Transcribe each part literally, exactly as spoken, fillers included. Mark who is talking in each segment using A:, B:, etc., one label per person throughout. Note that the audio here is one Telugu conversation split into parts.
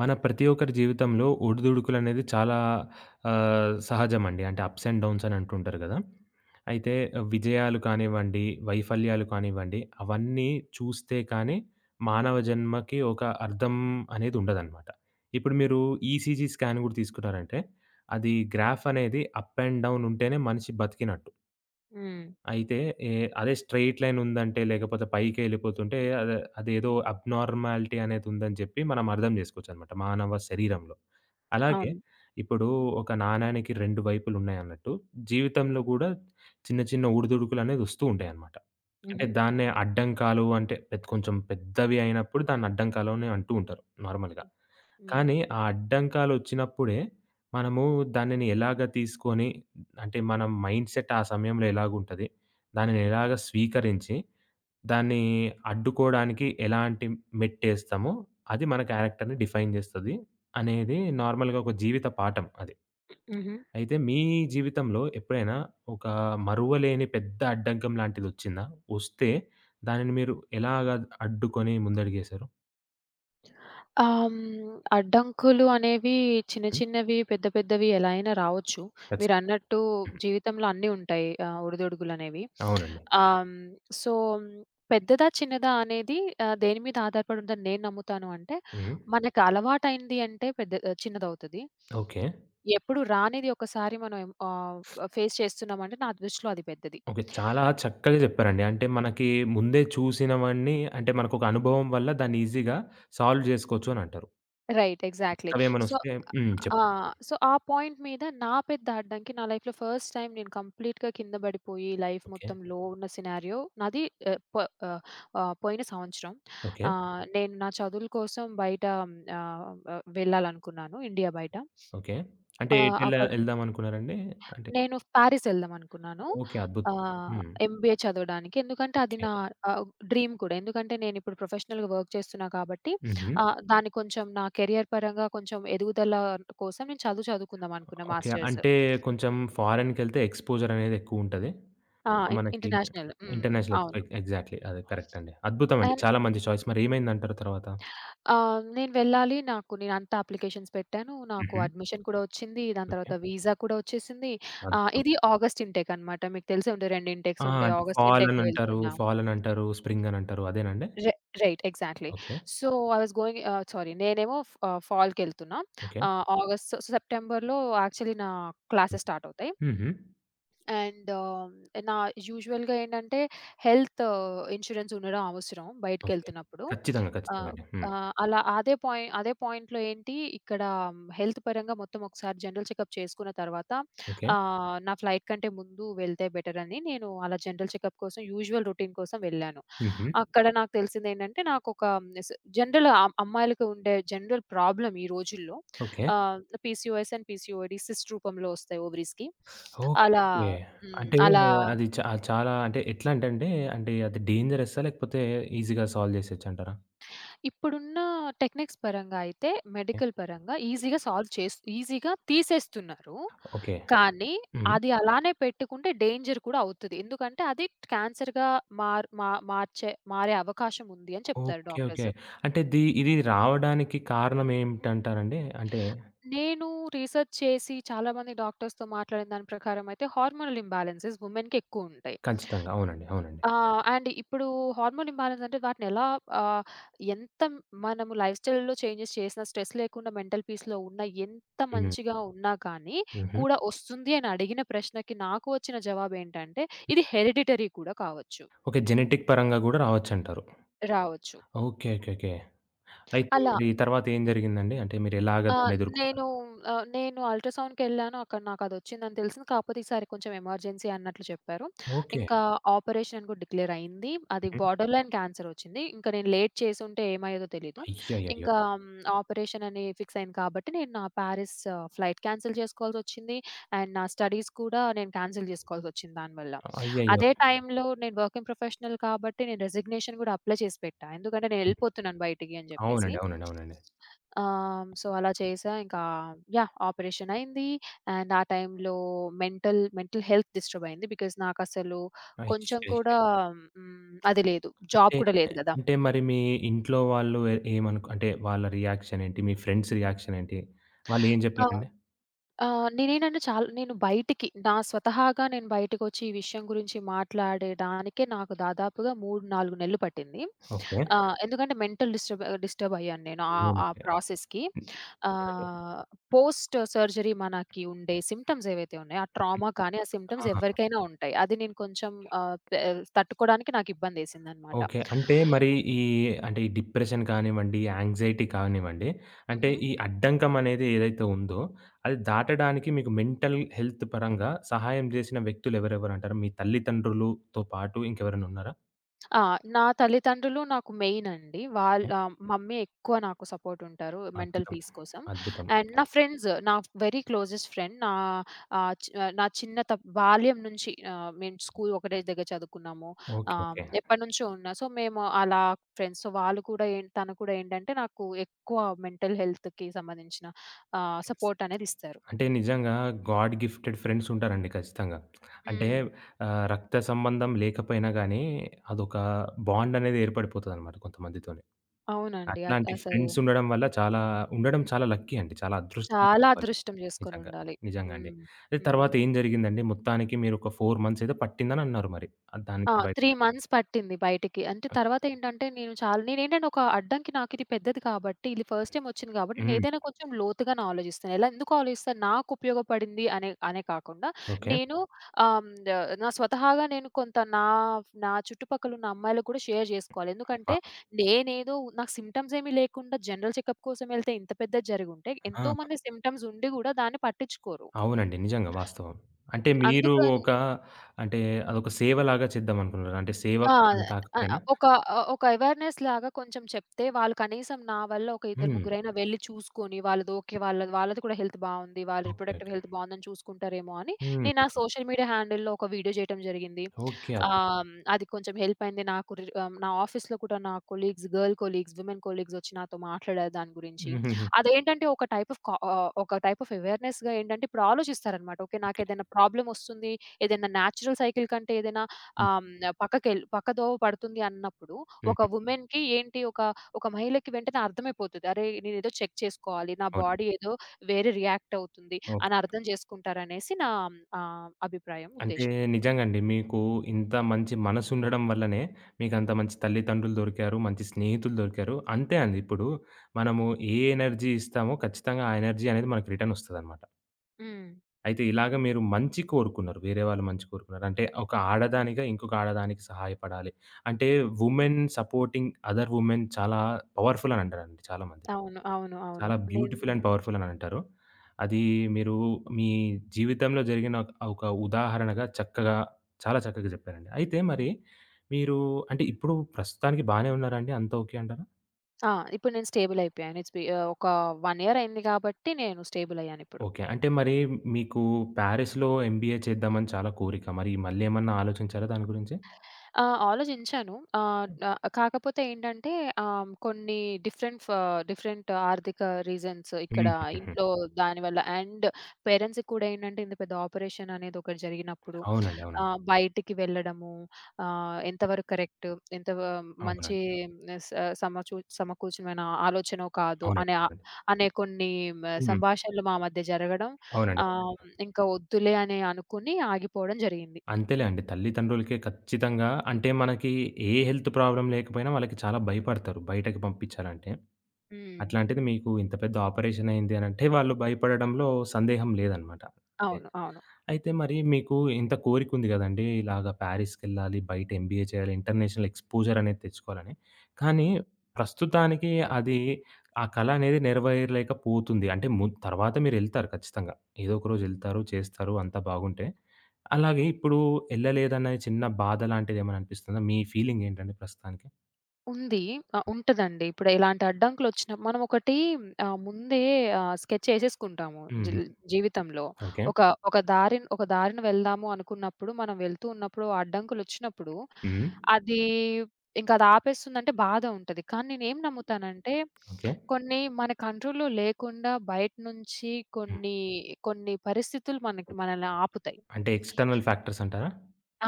A: మన ప్రతి ఒక్కరి జీవితంలో ఒడిదుడుకులనేది చాలా ఆహ్, సహజమండి. అంటే అప్స్ అండ్ డౌన్స్ అని అంటుంటారు గదా! అయితే విజయాలు కానివ్వండి, వైఫల్యాలు కానివ్వండి, అవన్నీ చూస్తే కానీ మానవ జన్మకి ఒక అర్థం అనేది ఉండదనమాట. ఇప్పుడు మీరు ఈసీజీ స్కాన్ గూడా తీసుకున్నారంటే, అది గ్రాఫ్ అనేది అప్ అండ్ డౌన్ ఉంటేనే మనిషి బతికినట్టు.
B: హ్మ్.
A: అయితే ఏ అదే స్ట్రెయిట్ లైన్ ఉందంటే, లేకపోతే పైకెళ్ళిపోతుంటే అదే అదేదో అబ్‌నార్మాలిటీ అనేదుందని జెప్పి మనం అర్థం జేసుకోవచ్చనమాట మానవ శరీరంలో. అలాగే
B: అవును.
A: ఇప్పుడు ఒక నాణానికి రెండు వైపులున్నాయన్నట్టు, జీవితంలో గూడా చిన్న చిన్న ఒడిదుడుకులనేదొస్తూ ఉంటాయనమాట. అంటే
B: హుహు.
A: దాన్నే అడ్డంకాలు అంటే పెద్ కొంచెం పెద్దవి అయినప్పుడు దాన్ని అడ్డంకాలు అని అంటూ ఉంటారు నార్మల్‌గా.
B: హ్మ్.
A: కానీ ఆ అడ్డంకాలొచ్చినప్పుడే మనము దానిని ఎలాగ తీసుకొని అంటే మన మైండ్ సెట్ ఆ సమయంలో ఎలాగుంటది? దానిని ఎలాగ స్వీకరించి, దాన్ని అడ్డుకోవడానికి ఎలాంటి మెట్టేస్తామో అది మన క్యారెక్టర్‌ని డిఫైన్ జేస్తది అనేది నార్మల్‌గా ఒక జీవిత పాఠం అది.
B: హుహు.
A: అయితే మీ జీవితంలో ఎప్పుడైనా ఒక మరువలేని పెద్ద అడ్డంకం లాంటిదొచ్చిందా? వస్తే దానిని మీరు ఎలాగ అడ్డుకొని ముందడుగేశారు?
B: ఆహ్, హ్మ్. అడ్డంకులు అనేవి చిన్న
A: హ్మ్.
B: చిన్నవి, పెద్ద పెద్దవి ఎలా అయినా రావచ్చు.
A: ఖచ్చితంగా.
B: మీరన్నట్టు
A: హ్మ్.
B: జీవితంలో అన్నీ ఉంటాయి ఆహ్, ఒడిదొడుకులనేవి.
A: అవునండి.
B: ఆహ్, హ్మ్. సో, పెద్దదా, చిన్నదా అనేది ఆహ్, దేని మీద ఆధారపడి ఉందని నేను నమ్ముతాను అంటే,
A: హ్మ్.
B: మనకు అలవాటైంది అంటే పెద్ద ఆహ్, చిన్నదవుతది.
A: ఓకే.
B: ఎప్పుడు రానిది ఒకసారి మనం ఆహ్, ఫేస్ చేస్తున్నామంటే నా దృష్టిలో అది పెద్దది.
A: ఓకే. చాలా చక్కగా చెప్పారండి. అంటే మనకి ముందే చూసినవన్నీ అంటే మనకొక అనుభవం వల్ల దాన్ని ఈజీగా సాల్వ్ జేసుకోవచ్చు అనంటారు.
B: రైట్. ఎగ్జాక్ట్‌లీ. సో
A: కొత్తవేమన్నొస్తే హ్మ్.
B: ఆ!
A: చెప్పండి.
B: సో, ఆ పాయింట్ మీద నా పెద్ద అడ్డంకి నా లైఫ్‌లో ఫస్ట్ టైమ్ నేను కంప్లీట్‌గా కింద పడిపోయి లైఫ్
A: ఓకే.
B: మొత్తం లో ఉన్న సినారియో నాది ఆహ్, ప ఆహ్, ఆహ్, పోయిన సంవత్సరం.
A: ఓకే.
B: ఆహ్, నేను నా చదువుల కోసం బయట ఆహ్, వెళ్ళాలనుకున్నాను ఇండియా బయట.
A: ఓకే. అంటే
B: ఆహ్,
A: ఎటెలా
B: అక్కడ
A: ఎళ్దామనుకున్నారండి? అంటే
B: నేను పారిస్ ఎళ్దామనుకున్నాను.
A: ఓకే. అద్భుతం.
B: ఆహ్,
A: హ్మ్.
B: ఎంబీఏ చదవడానికి. ఎందుకంటే అది
A: ఓకే.
B: నా ఆహ్, డ్రీమ్ కూడా. ఎందుకంటే నేనిప్పుడు ప్రొఫెషనల్‌గా వర్క్ చేస్తున్నా కాబట్టి
A: హుహు.
B: ఆహ్, దాన్ని కొంచెం నా కెరియర్ పరంగా కొంచెం ఎదుగుదల కోసం నేను చదువు చదువుకుందాం అనుకున్నా
A: ఓకే.
B: మాస్టర్స్.
A: అంటే కొంచెం ఫారెన్‌కెళ్తే ఎక్స్‌పోజర్ అనేదెక్కువుంటది.
B: ఆ!
A: సో,
B: ఇన్
A: మనకి
B: ఇంటర్నేషనల్. హ్మ్.
A: ఇంటర్నేషనల్ ఎక్స్‌పై
B: అవును.
A: ఎగ్జాక్ట్‌లీ. అదే కరెక్ట్ అండి. అద్భుతమండి.
B: అండ్
A: చాలా మంచి చాయిస్. మరేమైందంటారు తర్వాత?
B: ఆహ్, నేను వెళ్ళాలి. నాకు నేనంతా అప్లికేషన్స్ పెట్టాను. నాకు
A: హుహు.
B: అడ్మిషన్ కూడా వచ్చింది. దాని
A: ఓకే.
B: తర్వాత వీసా కూడా వచ్చేసింది. ఆహ్,
A: అద్భుతం.
B: ఇది ఆగస్ట్ ఇంటేక్ అనమాట. మీకు తెలిసే ఉంటుంది రెండు
A: ఆ!
B: ఇంటేక్స్ ఉంటాయి.
A: అంటే
B: ఆగస్ట్
A: ఫాల్
B: ఇంటేక్‌కి
A: అనంటారు,
B: వెళ్తున్నా.
A: ఫాల్ అనంటారు, స్ప్రింగ్ అనంటారు అదేనండి?
B: రై right. Exactly.
A: Okay.
B: So, I was going ah, sorry నేనేమో ఫ్ ఆహ్, ఫాల్‌కెళ్తున్నా.
A: ఓకే.
B: ఆహ్, ఆగస్ట్, సెప్టెంబర్‌లో యాక్చువల్లీ నా
A: హ్మ్.
B: క్లాసెస్ స్టార్ట్ అవుతాయి.
A: హుహు.
B: అండ్ ఆహ్, నా యూజువల్‌గా ఏంటంటే హెల్త్ ఇన్స్యూరెన్స్ ఉండడం అవసరం
A: ఓకే.
B: బయటికెళ్తున్నప్పుడు.
A: ఖచ్చితంగా. ఖచ్చితంగా
B: ఆహ్,
A: అండి. హ్మ్.
B: ఆహ్, అలా అదే పాయింట్ అదే పాయింట్‌లో ఏంటి ఇక్కడ హెల్త్ పరంగా మొత్తం ఒకసారి జనరల్ చెకప్ చేసుకున్న తర్వాత
A: ఓకే.
B: ఆహ్, నా ఫ్లైట్ కంటే ముందు వెళ్తే బెటర్ అని నేను అలా జనరల్ చెకప్ కోసం యూజువల్ రొటీన్ కోసం వెళ్ళాను.
A: హుహు.
B: అక్కడ నాకు తెలిసిందేంటంటే నాకొక నెస్ జనరల్ అమ్ అమ్మాయిలకి ఉండే జనరల్ ప్రాబ్లమ్ ఈ రోజుల్లో.
A: ఓకే.
B: ఆహ్, పీసీఓఎస్ అండ్ పీసీఓడీ సిస్ట్ రూపంలో వస్తాయి ఓవరీస్‌కి. అలా
A: ఓకే.
B: హ్మ్.
A: అంటే
B: అలా
A: అది చా చాలా అంటే ఎట్లాంటంటే అంటే అండి, అంటే అది డేంజరస్సా? లేకపోతే ఈజీగా సాల్వ్ చేసేయొచ్చంటారా?
B: ఇప్పుడున్న టెక్నిక్స్ పరంగా అయితే
A: ఓకే.
B: మెడికల్ పరంగా ఈజీగా సాల్వ్ చేస్ ఈజీగా తీసేస్తున్నారు.
A: ఓకే.
B: కానీ
A: హ్మ్.
B: అది అలానే పెట్టుకుంటే డేంజర్ కూడా అవుతది. ఎందుకంటే అది క్యాన్సర్‌గా మార్ మా మార్చే మారే అవకాశం ఉంది అని చెప్తారు
A: ఓకే. ఓకే.
B: డాక్టర్స్.
A: అంటే ది ఇది రావడానికి కారణం ఏమిటంటారండి? అంటే
B: నేను రీసెర్చ్ చేసి చాలామంది డాక్టర్స్‌తో మాట్లాడిన దాని ప్రకారం అయితే హార్మోనల్ ఇంబాలెన్సెస్ వుమెన్‌కి ఎక్కువుంటాయి.
A: ఖచ్చితంగా. అవునండి. అవునండి.
B: ఆహ్, అండ్ ఇప్పుడు హార్మోన్ ఇంబాలెన్స్ అంటే వాటిని ఎలా ఆహ్, ఎంత మనము లైఫ్ స్టైల్‌లో చేంజెస్ చేసినా, స్ట్రెస్ లేకుండా మెంటల్ పీస్‌లో ఉన్నా, ఎంత
A: హ్మ్.
B: మంచిగా ఉన్నా కానీ
A: హుహు.
B: కూడా వస్తుంది అని అడిగిన ప్రశ్నకి నాకు వచ్చిన జవాబేంటంటే, ఇది హెరిడిటరీ కూడా కావచ్చు.
A: ఓకే. జెనెటిక్ పరంగా గూడా రావచ్చంటారు.
B: రావచ్చు.
A: ఓకే. ఓకే. ఓకే. అయితే
B: అలా
A: మరి తర్వాత ఏం జరిగిందండి? అంటే మీరెలాగ
B: ఆ!
A: దాన్నెదుర్కున్నారు?
B: నేను ఆహ్, నేను అల్ట్రాసౌండ్‌కెళ్ళాను. అక్కడ నాకదొచ్చిందని తెలిసింది. కాకపోతే ఈసారి కొంచెం ఎమర్జెన్సీ అన్నట్లు చెప్పారు.
A: ఓకే.
B: ఇంకా ఆపరేషన్ అని కూడా డిక్లేర్ అయింది. అది
A: హుహు.
B: బార్డర్ లైన్ క్యాన్సర్ వచ్చింది. ఇంకా నేను లేట్ చేసుంటే ఏమయ్యేదో తెలీదు.
A: అయ్యయ్యయ్యో!
B: ఇంకా హ్మ్, ఆపరేషన్ అని ఫిక్స్ అయింది కాబట్టి నేను నా పారిస్ ఫ్లైట్ క్యాన్సెల్ చేసుకోవాల్సొచ్చింది. అండ్ నా స్టడీస్ కూడా నేను క్యాన్సెల్ చేసుకోవాల్సొచ్చింది దానివల్ల.
A: అయ్యయ్యో!
B: అదే టైంలో నేను వర్కింగ్ ప్రొఫెషనల్ కాబట్టి నేను రెసిగ్నేషన్ కూడా అప్లై చేసి పెట్టా. ఎందుకంటే
A: హ్మ్.
B: నేనెళ్ళిపోతున్నాను బయటికి అని జెప్పేసి.
A: అవునండి. అవునండి. అవునండి.
B: ఆహ్, సో, అలా చేశా. ఇంకా యాహ్! ఆపరేషన్ అయింది. అండ్ ఆ టైంలో మెంటల్ మెంటల్ హెల్త్ డిస్టర్బ్ అయింది. బికాజ్ నాకసలు కొంచెం
A: అయ్యయ్యో!
B: కూడా హ్మ్. అది లేదు. జాబ్
A: అంటే,
B: కూడా లేదు గదా!
A: అంటే మరి మీ ఇంట్లో వాళ్ళు ఎ ఏమనుకు అంటే వాళ్ళ రియాక్షన్ ఏంటి? మీ ఫ్రెండ్స్ రియాక్షన్ ఏంటి? వాళ్ళేం
B: ఆ!
A: జెప్పారండి?
B: ఆహ్, నేనేంటంటే చాలా నేను బయటికి నా స్వతహాగా నేను బయటకొచ్చి ఈ విషయం గురించి మాట్లాడడానికే నాకు దాదాపుగా మూడు, నాలుగు నెలలు పట్టింది.
A: ఓకే.
B: ఆహ్, ఎందుకంటే మెంటల్ డిస్టర్బ్ డిస్టర్బ్ అయ్యాను నేను ఆ ఆ
A: అవునండి.
B: ప్రాసెస్‌కి.
A: హ్మ్.
B: ఆహ్, పోస్ట్ సర్జరీ మనకి ఉండే సిమ్టమ్స్ ఏవైతే ఉన్నాయో, ఆ ట్రామా కానీ, ఆ సిమ్టమ్స్ ఎవరికైనా ఉంటాయి. అది నేను కొంచెం ఆహ్, పె తట్టుకోవడానికి నాకు ఇబ్బందేసిందనమాట.
A: ఓకే. అంటే మరి ఈ అంటే ఈ డిప్రెషన్ కానివ్వండి, యాంగ్జైటీ కానివ్వండి, అంటే
B: హుహు.
A: ఈ అడ్డంకం అనేది ఏదైతే ఉందో, అది దాటడానికి మీకు మెంటల్ హెల్త్ పరంగా సహాయం చేసిన వ్యక్తులు ఎవరెవరంటారు? మీ తల్లిదండ్రులుతో పాటు ఇంకెవరైనా ఉన్నారా?
B: ఆ! నా తల్లిదండ్రులు నాకు మెయిన్ అండి. వాళ్ళ
A: ఓకే.
B: ఆ, మమ్మీ ఎక్కువ నాకు సపోర్ట్ ఉంటారు మెంటల్
A: అద్భుతం.
B: పీస్ కోసం.
A: అద్భుతం.
B: అండ్ నా ఫ్రెండ్స్ నా వెరీ క్లోజెస్ట్ ఫ్రెండ్ నా ఆహ్, చ్ నా చిన్న త బాల్యం నుంచి ఆహ్, మేము స్కూల్ ఒకటే దగ్గర చదువుకున్నాము.
A: ఓకే. ఓకే.
B: ఆహ్, ఎప్పటినుంచో ఉన్న సో, మేము అలా ఫ్రెండ్స్. సో, వాళ్ళు కూడా ఏం తను కూడా ఏంటంటే నాకు ఎక్కువ మెంటల్ హెల్త్‌కి సంబంధించిన ఆహ్,
A: యెస్.
B: సపోర్ట్ అనేది ఇస్తారు.
A: అంటే నిజంగా గాడ్ గిఫ్టెడ్ ఫ్రెండ్స్ ఉంటారండి ఖచ్చితంగా. అంటే
B: హ్మ్.
A: ఆహ్, రక్త సంబంధం లేకపోయినా గానీ అదొక బాండ్ అనేది ఏర్పడిపోతదనమాట కొంతమందితోని.
B: అవునండి. అద్
A: అట్లాంటి
B: అసలు
A: ఫ్రెండ్స్ ఉండడం వల్ల చాలా ఉండడం చాలా లక్కీ అండి. చాలా అదృష్టం
B: చాలా
A: వాళ్ళు
B: అదృష్టం
A: నిజంగా.
B: చేసుకొనుండాలి.
A: నిజంగా అండి.
B: హ్మ్.
A: అయితే
B: హ్మ్.
A: తర్వాత ఏం జరిగిందండి? మొత్తానికి మీరు ఒక నాలుగు మంత్స్ ఏదో పట్టిందని అన్నారు మరి. ఆహ్,
B: ఆ!
A: దానికి బయట
B: మూడు మంత్స్ పట్టింది బయటికి. అంటే తర్వాతేంటంటే నేను చాలా నేనేంటంటే ఒక అడ్డంకి నాకిది పెద్దది కాబట్టి, ఇది ఫస్ట్ టైమ్ వచ్చింది కాబట్టి
A: హ్మ్.
B: నేనేదైనా కొంచెం లోతుగానే ఆలోచిస్తాను. ఎలా ఎందుకు ఆలోచిస్తాను? నాకు ఉపయోగపడింది అనే అనే కాకుండా
A: ఓకే.
B: నేను ఆహ్, హ్మ్, నా స్వతహాగా నేను కొంత నా నా చుట్టుపక్కలున్న అమ్మాయిలకు కూడా షేర్ జేసుకోవాలి.
A: అబ్బా!
B: ఎందుకంటే నేనేదో నాకు సింప్టమ్స్ ఏమీ లేకుండా జనరల్ చెకప్ కోసం ఎళ్తే ఇంత పెద్దది జరిగుంటే
A: ఆ!
B: ఎంతోమంది సింప్టమ్స్ ఉండి గూడా దాన్ని పట్టించుకోరు.
A: అవునండి. నిజంగా వాస్తవం. అంటే మీరు
B: అందుకని
A: ఒక అంటే అదొక సేవలాగా చేద్దామనుకున్నారా? అంటే సేవ
B: ఆ!
A: అని
B: ఆహ్,
A: కాకపోయినా
B: ఒక ఆహ్, ఒక అవేర్‌నెస్ లాగా కొంచెం చెప్తే వాళ్ళు కనీసం నా వల్ల ఒక ఇద్దరు
A: హ్మ్.
B: ముగ్గురైనా వెళ్లి చూసుకొని వాళ్ళది ఓకే. వాళ్ళది వాళ్ళది కూడా హెల్త్ బావుంది. వాళ్ళ
A: ఓకే. ఓకే.
B: రిప్రొడక్టివ్ హెల్త్ బావుందని చూసుకుంటారేమో అని
A: హ్మ్.
B: నేను నా సోషల్ మీడియా హ్యాండిల్‌లో ఒక వీడియో చేయటం జరిగింది.
A: ఓకే. అద్భుతం.
B: ఆహ్, అది కొంచెం హెల్ప్ అయింది నాకు రి ఆహ్, నా ఆఫీస్‌లో కూడా నా colleagues, girl colleagues, women colleagues వచ్చి నాతో మాట్లాడారు దాని గురించి.
A: హుహుహు.
B: అదేంటంటే ఒక టైప్ ఆఫ్ కా ఆహ్, ఒక టైప్ ఆఫ్ అవేర్‌నెస్‌గా ఏంటంటే ఇప్పుడు ఆలోచిస్తారనమాట. ఓకే.
A: ఓకే.
B: నాకేదైనా ప్రాబ్లమ్ వస్తుంది. ఏదైనా న్యాచురల్ సైకిల్ కంటే ఏదైనా
A: హ్మ్.
B: ఆహ్, హ్మ్. పక్కకెళ్ పక్క దోవ పడుతుంది అన్నప్పుడు ఒక
A: హుహు.
B: వుమెన్‌కి ఏంటి ఒక, ఒక మహిళకి వెంటనే అర్థమైపోతది. అరే! నేనేదో చెక్ చేసుకోవాలి. నా
A: అవునండి.
B: బాడీ ఏదో వేరే రియాక్ట్ అవుతుంది
A: ఓకే.
B: అని అర్థం చేసుకుంటారనేసి నా ఆహ్, అభిప్రాయం,
A: అంటే
B: ఉద్దేశ్యం.
A: నిజంగండి. మీకు ఇంత మంచి మనసుండడం వల్లనే మీకంత మంచి తల్లిదండ్రులు దొరికారు. మంచి స్నేహితులు దొరికారు. అంతే అండి. ఇప్పుడు మనము ఏ ఎనర్జీ ఇస్తామో ఖచ్చితంగా ఆ ఎనర్జీ అనేది మనకు రిటర్న్ ఒస్తదనమాట.
B: హ్మ్.
A: అయితే ఇలాగ మీరు మంచి కోరుకున్నారు. వేరే వాళ్ళు మంచి కోరుకున్నారు. అంటే ఒక ఆడదానిగా ఇంకొక ఆడదానికి సహాయపడాలి. అంటే వుమెన్ సపోర్టింగ్ అదర్ వుమెన్ చాలా పవర్‌ఫుల్ అని అంటారండి చాలామంది.
B: అవును. అవును. అవును.
A: చాలా
B: నేను
A: బ్యూటిఫుల్ అండ్ పవర్‌ఫుల్ అని అంటారు. అది మీరు మీ జీవితంలో జరిగిన ఒక ఒక ఉదాహరణగా చక్కగా చాలా చక్కగా చెప్పారండి. అయితే మరి మీరు అంటే ఇప్పుడు ప్రస్తుతానికి బానే ఉన్నారా అండి? అంతా ఓకే అంటారా?
B: ఆ! ఇప్పుడు నేను స్టేబుల్ అయిపోయాను. ఇట్స్ బి ఆహ్, ఒక 1 ఇయర్ అయింది కాబట్టి నేను స్టేబుల్ అయ్యానిప్పుడు.
A: ఓకే. అంటే మరి మీకు ప్యారిస్‌లో ఎంబీఏ చేద్దామని చాలా కోరిక. మరి మళ్ళీ ఏమన్నా ఆలోచించారా దాని గురించి?
B: ఆ! ఆలోచించాను. ఆహ్, న కాకపోతే ఏంటంటే ఆహ్, కొన్ని డిఫరెంట్ ఫ డిఫరెంట్ ఆర్థిక రీజన్స్ ఇక్కడ
A: హుహుహుహు.
B: ఇంట్లో దానివల్ల అండ్ పేరెంట్స్‌కి కూడా ఏంటంటే ఇంత పెద్ద ఆపరేషన్ అనేది ఒకటి జరిగినప్పుడు
A: అవునండి. అవునండి.
B: ఆహ్, బయటికి వెళ్ళడము ఆహ్, ఎంతవరకు కరెక్ట్, ఎంత వ మంచి
A: అవునండి.
B: స సమచూ సమకూర్చమైన ఆలోచనో కాదో
A: అవునండి.
B: అనే ఆహ్,
A: అవునండి.
B: అనే కొన్ని
A: హ్మ్.
B: సంభాషణలు మా మధ్య జరగడం
A: అవునండి.
B: ఆహ్, ఇంకా వద్దులే అని అనుకుని ఆగిపోవడం జరిగింది.
A: అంతేలే అండి. తల్లిదండ్రులకే ఖచ్చితంగా అంటే మనకి ఏ హెల్త్ ప్రాబ్లమ్ లేకపోయినా వాళ్ళకి చాలా భయపడతారు బయటకి పంపించాలంటే.
B: హ్మ్.
A: అట్లాంటిది మీకు ఇంత పెద్ద ఆపరేషన్ అయింది అనంటే వాళ్ళు భయపడడంలో సందేహం లేదనమాట.
B: అవును. అవును.
A: అయితే మరి మీకు ఇంత కోరికుంది గదండీ! ఇలాగ ప్యారిస్‌కెళ్ళాలి, బయట ఎంబీఏ చేయాలి, ఇంటర్నేషనల్ ఎక్స్‌పోజర్ అనేది తెచ్చుకోవాలని. కానీ
B: హుహు.
A: ప్రస్తుతానికి అది ఆ కల అనేది నెరవేరలేకపోతుంది. అంటే ము తర్వాత మీరెళ్తారు ఖచ్చితంగా. ఏదో ఒక రోజు ఎళ్తారు, చేస్తారు అంతా బాగుంటే. అలాగే ఇప్పుడు ఎళ్ళలేదనే చిన్న బాధ లాంటిదేమైనా అనిపిస్తుందా? మీ ఫీలింగ్ ఏంటండి ప్రస్తుతానికి?
B: ఉంది. ఆహ్, ఉంటదండి. ఇప్పుడు ఇలాంటి అడ్డంకులొచ్చిన మనం ఒకటి ఆహ్, ముందే ఆహ్, స్కెచ్ ఏసేసుకుంటాము. జీ
A: హుహు.
B: జీవితంలో.
A: ఓకే.
B: ఒక ఒక దారిన్ ఒక దారిన వెళ్దాము అనుకున్నప్పుడు, మనం వెళ్తూ ఉన్నప్పుడు అడ్డంకులొచ్చినప్పుడు,
A: హ్మ్.
B: అది ఇంకా అది ఆపేస్తుందంటే బాధ ఉంటది. కానీ నేనేం నమ్ముతానంటే,
A: ఓకే.
B: కొన్ని మన కంట్రోల్‌లో లేకుండా బయట నుంచి
A: హ్మ్.
B: కొన్ని, కొన్ని పరిస్థితులు మనకి మనల్ని ఆపుతాయి.
A: అంటే ఎక్స్‌టర్నల్ ఫ్యాక్టర్స్ అంటారా?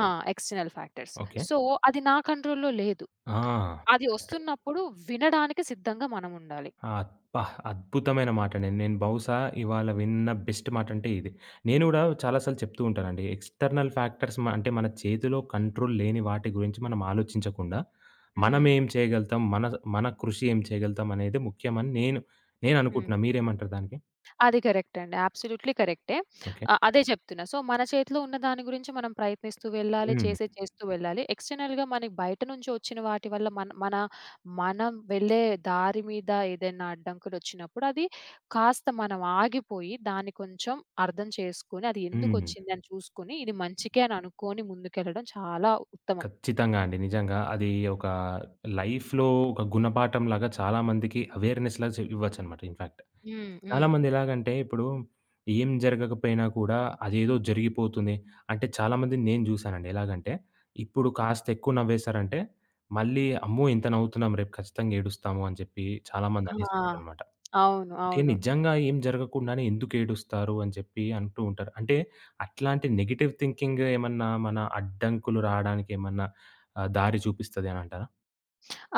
B: ఆ! External factors.
A: ఓకే.
B: సో, అది నా కంట్రోల్‌లో లేదు.
A: ఆ!
B: అది ఒస్తున్నప్పుడు వినడానికి సిద్ధంగా మనముండాలి.
A: ఆ! అబ్బా! అద్భుతమైన మాటండి. నేను బహుశా ఇవాళ విన్న బెస్ట్ మాటంటే ఇదే. నేను గూడా చాలా సార్లు చెప్తూ ఉంటానండి. ఎక్స్‌టర్నల్ ఫ్యాక్టర్స్ మ అంటే మన చేతిలో కంట్రోల్ లేని వాటి గురించి మనం ఆలోచించకుండా,
B: హ్మ్.
A: మనమేం చేయగలుగుతాం, మన మన కృషి ఏం చేయగలుగుతాం అనేది ముఖ్యమని నేను నేను
B: హ్మ్.
A: అనుకుంటున్నా. మీరేమంటారు దానికి?
B: అది కరెక్ట్ అండి. అబ్సల్యూట్‌లీ కరెక్టే.
A: ఓకే.
B: ఆహ్, అదే చెప్తున్నా. సో, మన చేతిలో ఉన్న దాని గురించి మనం ప్రయత్నిస్తూ వెళ్ళాలి.
A: హ్మ్.
B: చేసే చేస్తూ వెళ్ళాలి. ఎక్స్‌టర్నల్‌గా మనకి బయట నుంచి వచ్చిన వాటి వల్ల మన మన మనం వెళ్ళే దారి మీద ఏదైనా అడ్డంకులొచ్చినప్పుడు అది కాస్త మనం ఆగిపోయి దాన్ని కొంచెం అర్థం చేసుకొని, అది
A: హ్మ్.
B: ఎందుకొచ్చింది అని చూసుకొని, ఇది మంచికే అని అనుకోని ముందుకెళ్ళడం చాలా ఉత్తమం.
A: ఖచ్చితంగా అండి. నిజంగా అది ఒక లైఫ్‌లో ఒక గుణపాఠం లాగా చాలా మందికి అవేర్‌నెస్‌లా చే ఇవ్వచ్చనమాట ఇన్‌ఫాక్ట్.
B: హ్మ్. హ్మ్.
A: చాలామంది ఎలాగంటే ఇప్పుడు ఏం జరగకపోయినా కూడా అదేదో జరిగిపోతుంది. అంటే చాలామందిని నేను జూసానండి. ఎలాగంటే ఇప్పుడు కాస్త ఎక్కువ నవ్వేశారంటే మళ్ళీ అమ్మో! ఇంత నవ్వుతున్నాం రేపు ఖచ్చితంగా ఏడుస్తాము అని చెప్పి చాలామంది
B: ఆ!
A: అనేస్తుంటారనమాట.
B: అవును.
A: అంటే
B: అవును.
A: నిజంగా ఏం జరగకుండానే ఎందుకు ఏడుస్తారు అని చెప్పి అంటూ ఉంటారు. అంటే అట్లాంటి నెగెటివ్ థింకింగ్ ఏమన్నా మన అడ్డంకులు రావడానికి ఏమన్నా ఆహ్, దారి చూపిస్తది అనంటారా?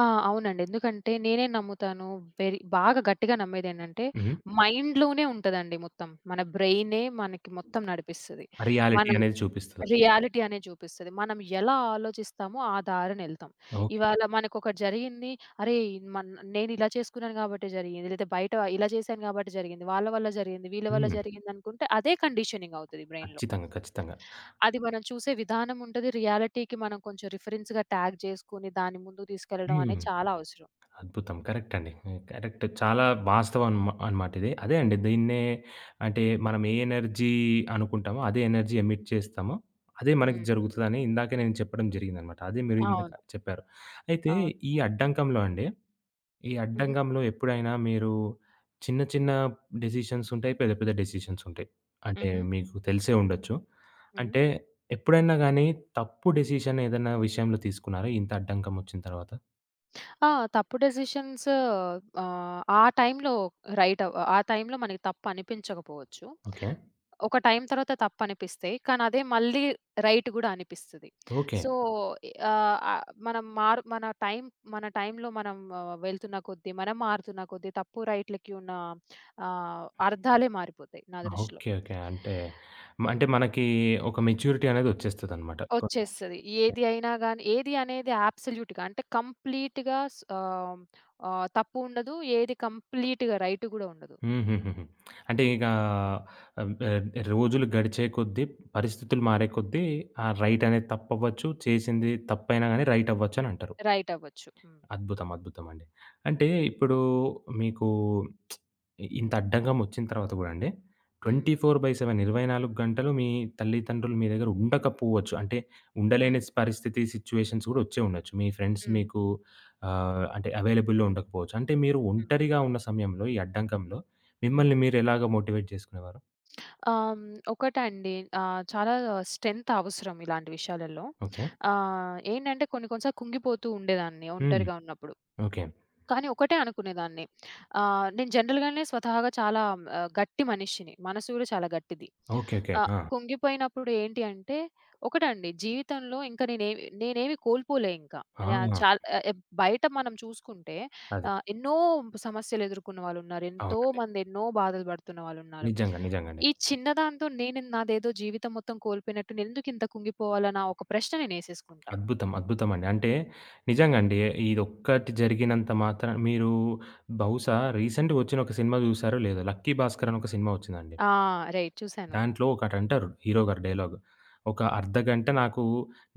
B: ఆ! అవునండి. ఎందుకంటే నేనేం నమ్ముతాను వెరీ బాగా గట్టిగా నమ్మేదేంటంటే
A: హ్మ్.
B: మైండ్‌లోనే ఉంటదండి మొత్తం. మన బ్రెయినే మనకి మొత్తం నడిపిస్తది.
A: రియాలిటీ
B: మనం
A: అనేది చూపిస్తది.
B: రియాలిటీ అనేది చూపిస్తది. మనం ఎలా ఆలోచిస్తామో ఆ దారినెళ్తాం.
A: ఓకే.
B: ఇవాళ మనకొకటి జరిగింది. అరేయ్! మన్ నేనిలా చేసుకున్నాను గాబట్టే జరిగింది. లేదా బయట ఇలా చేశాను గాబట్టి జరిగింది. వాళ్ళ వల్ల జరిగింది. వీళ్ళ వల్ల
A: హ్మ్.
B: జరిగిందనుకుంటే అదే కండిషనింగ్ అవుతది బ్రెయిన్‌లో.
A: ఖచ్చితంగా. ఖచ్చితంగా.
B: అది మనం చూసే విధానం ఉంటది. రియాలిటీకి మనం కొంచెం రిఫరెన్స్‌గా ట్యాగ్ చేసుకొని దాన్ని ముందుకు తీసుకెళ్లడం
A: హ్మ్.
B: అనేది చాలా అవసరం.
A: అద్భుతం. కరెక్ట్ అండి. హ్మ్. కరెక్ట్. చాలా వాస్తవం అన్మా అనమాట ఇది. అదే అండి దీన్నే అంటే మనం ఏ ఎనర్జీ అనుకుంటామో, అదే ఎనర్జీ ఎమిట్ చేస్తామో, అదే మనకి
B: హ్మ్.
A: జరుగుతదని ఇందాకే నేను చెప్పడం జరిగిందనమాట. అదే మీరు ఇందాక
B: అవును.
A: చెప్పారు. అయితే
B: అవును.
A: ఈ అడ్డంకంలో అండి, ఈ
B: హుహు.
A: అడ్డంకంలో ఎప్పుడైనా మీరు చిన్న చిన్న డెసిషన్స్ ఉంటాయి. పెద్ద పెద్ద డెసిషన్స్ ఉంటాయి. అంటే
B: హుహు.
A: మీకు తెలిసే ఉండొచ్చు.
B: హ్మ్.
A: అంటే ఎప్పుడైనా గానీ తప్పు డెసిషన్ ఏదైనా విషయంలో తీసుకున్నారా ఇంత అడ్డంకం ఒచ్చిన తర్వాత?
B: ఆ! తప్పు డెసిషన్స్ ఆహ్, ఆ టైంలో రైట్ అవ్ ఆ టైంలో మనకి తప్పు అనిపించకపోవచ్చు.
A: ఓకే.
B: ఒక టైం తర్వాత తప్పు అనిపిస్తాయి. కానీ అదే మళ్ళీ రైట్ గూడా అనిపిస్తది.
A: ఓకే.
B: సో, ఆహ్, ఆహ్, మనం మారు మన టైం మన టైంలో మనం వెళ్తున్న కొద్దీ, మనం మారుతున్న కొద్దీ తప్పు రైట్‌లకి ఉన్న ఆహ్, అర్థాలే మారిపోతాయి నా దృష్టిలో.
A: ఓకే. ఓకే. అంటే, మ అంటే మనకి ఒక మెచ్యూరిటీ అనేదొచ్చేస్తదనమాట. ఓకే.
B: వచ్చేస్తది.
A: ఓకే.
B: ఏది అయినా గాని ఏది అనేది అబ్సొల్యూట్‌గా అంటే కంప్లీట్‌గా స్ ఆహ్, ఆహ్, తప్పు ఉండదు. ఏది కంప్లీట్‌గా రైట్ గూడా ఉండదు.
A: హుహుహుహు. అంటే ఇక ఆహ్, ఆహ్, రోజులు గడిచే కొద్దీ, పరిస్థితులు మారే కొద్దీ, ఆ రైట్ అనేది తప్పవ్వచ్చు. చేసింది తప్పైనా గానీ రైట్ అవ్వచ్చనంటారు.
B: రైట్ అవ్వచ్చు. హ్మ్.
A: అద్భుతం. అద్భుతం అండి. అంటే ఇప్పుడు మీకు ఇ ఇంత అడ్డంగమొచ్చిన తర్వాత గూడా అండి
B: హ్మ్.
A: ట్వెంటీ ఫోర్ బై సెవెన్ ఇరవై నాలుగు గంటలు మీ తల్లిదండ్రులు మీ దగ్గర ఉండకపోవచ్చు. అంటే ఉండలేని
B: హ్మ్.
A: పరిస్థితి, సిట్యుయేషన్స్ గూడా వచ్చే ఉండొచ్చు. మీ ఫ్రెండ్స్
B: హ్మ్.
A: మీకు ఆహ్, అంటే అవైలబుల్‌లో ఉండకపోవచ్చు. అంటే మీరు
B: హ్మ్.
A: ఒంటరిగా ఉన్న సమయంలో ఈ అడ్డంకంలో
B: హ్మ్.
A: మిమ్మల్ని మీరు ఎలాగ మోటివేట్ చేసుకునేవారు?
B: ఆహ్, ఒకటండి ఆహ్, చాలా స్ట్రెంత్ అవసరం ఇలాంటి విషయాలలో.
A: ఓకే.
B: ఆహ్, ఏంటంటే కొన్ని కొన్ని సార్లు కుంగిపోతూ ఉండేదాన్ని
A: హ్మ్.
B: ఒంటరిగా ఉన్నప్పుడు.
A: ఓకే.
B: కానీ ఒకటే అనుకునేదాన్ని. ఆహ్, నేను జనరల్‌గానే స్వతహాగా చాలా ఆహ్, గట్టి మనిషిని. మనసు గూడా చాలా గట్టిది.
A: ఓకే. ఓకే.
B: ఆహ్,
A: ఆ!
B: కుంగిపోయినప్పుడు ఏంటి అంటే ఒకటండి జీవితంలో ఇంక నేనేమి నేనేమి కోల్పోలే ఇంకా.
A: ఆ!
B: యాహ్! చాల్ ఆహ్, ఎబ్ బయట మనం చూసుకుంటే
A: అది.
B: ఆహ్, ఎన్నో సమస్యలెదుర్కున్న వాళ్ళున్నారు. ఎంతో
A: అవునండి.
B: మంది ఎన్నో బాధలు పడుతున్న వాళ్ళున్నారు.
A: నిజంగా. నిజంగా అండి.
B: ఈ చిన్న దాంతో నేను నాదేదో జీవితం మొత్తం కోల్పోయినట్టు నేనెందుకింత కుంగిపోవాలనా ఒక ప్రశ్న నేనేసేసుకుంటా.
A: అద్భుతం. అద్భుతమండి. అంటే నిజంగా అండి. ఇదొక్కటి జరిగినంత మాత్రాన మీరు బహుశా రీసెంట్‌గా వచ్చిన ఒక సినిమా చూసారో లేదో 'లక్కీ భాస్కర్' అని ఒక సినిమా వచ్చిందండి.
B: ఆ! రైట్ చూసాను.
A: దాంట్లో ఒకటంటారు హీరో గారు డైలాగ్. "ఒక అర్ధగంట నాకు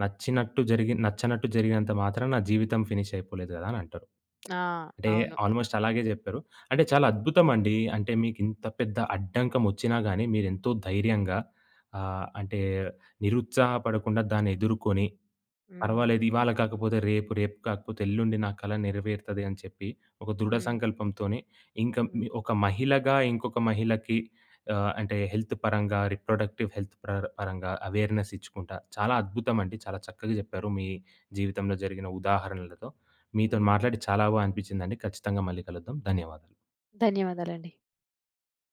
A: నచ్చినట్టు జరిగి నచ్చనట్టు జరిగినంత మాత్రాన నా జీవితం ఫినిష్ అయిపోలేదు కదా!" అని అంటారు.
B: ఆ!
A: అంటే
B: అవును.
A: ఆల్మోస్ట్ అలాగే చెప్పారు. అంటే చాలా అద్భుతమండి. అంటే మీకింత పెద్ద అడ్డంకం వచ్చినా గాని మీరెంతో ధైర్యంగా ఆహ్, అంటే నిరుత్సాహపడకుండా దాన్ని ఎదుర్కొని
B: హ్మ్.
A: పర్వాలేదు. ఇవాళ కాకపోతే రేపు, రేపు కాకపోతే ఎల్లుండి నా కల నెరవేరుతది అని చెప్పి, ఒక దృఢ
B: హ్మ్.
A: సంకల్పంతోని ఇంక మీ
B: హ్మ్.
A: ఒక మహిళగా ఇంకొక మహిళకి ఆహ్, అంటే హెల్త్ పరంగా, రిప్రొడక్టివ్ హెల్త్ పర పరంగా అవేర్‌నెస్ ఇచ్చుకుంటా. చాలా అద్భుతమండి. చాలా చక్కగా చెప్పారు మీ జీవితంలో జరిగిన ఉదాహరణలతో. మీతోని
B: హుహు.
A: మాట్లాడి చాలా బా అనిపించిందండి. ఖచ్చితంగా మళ్ళీ కలుద్దాం. ధన్యవాదాలు.
B: ధన్యవాదాలండి.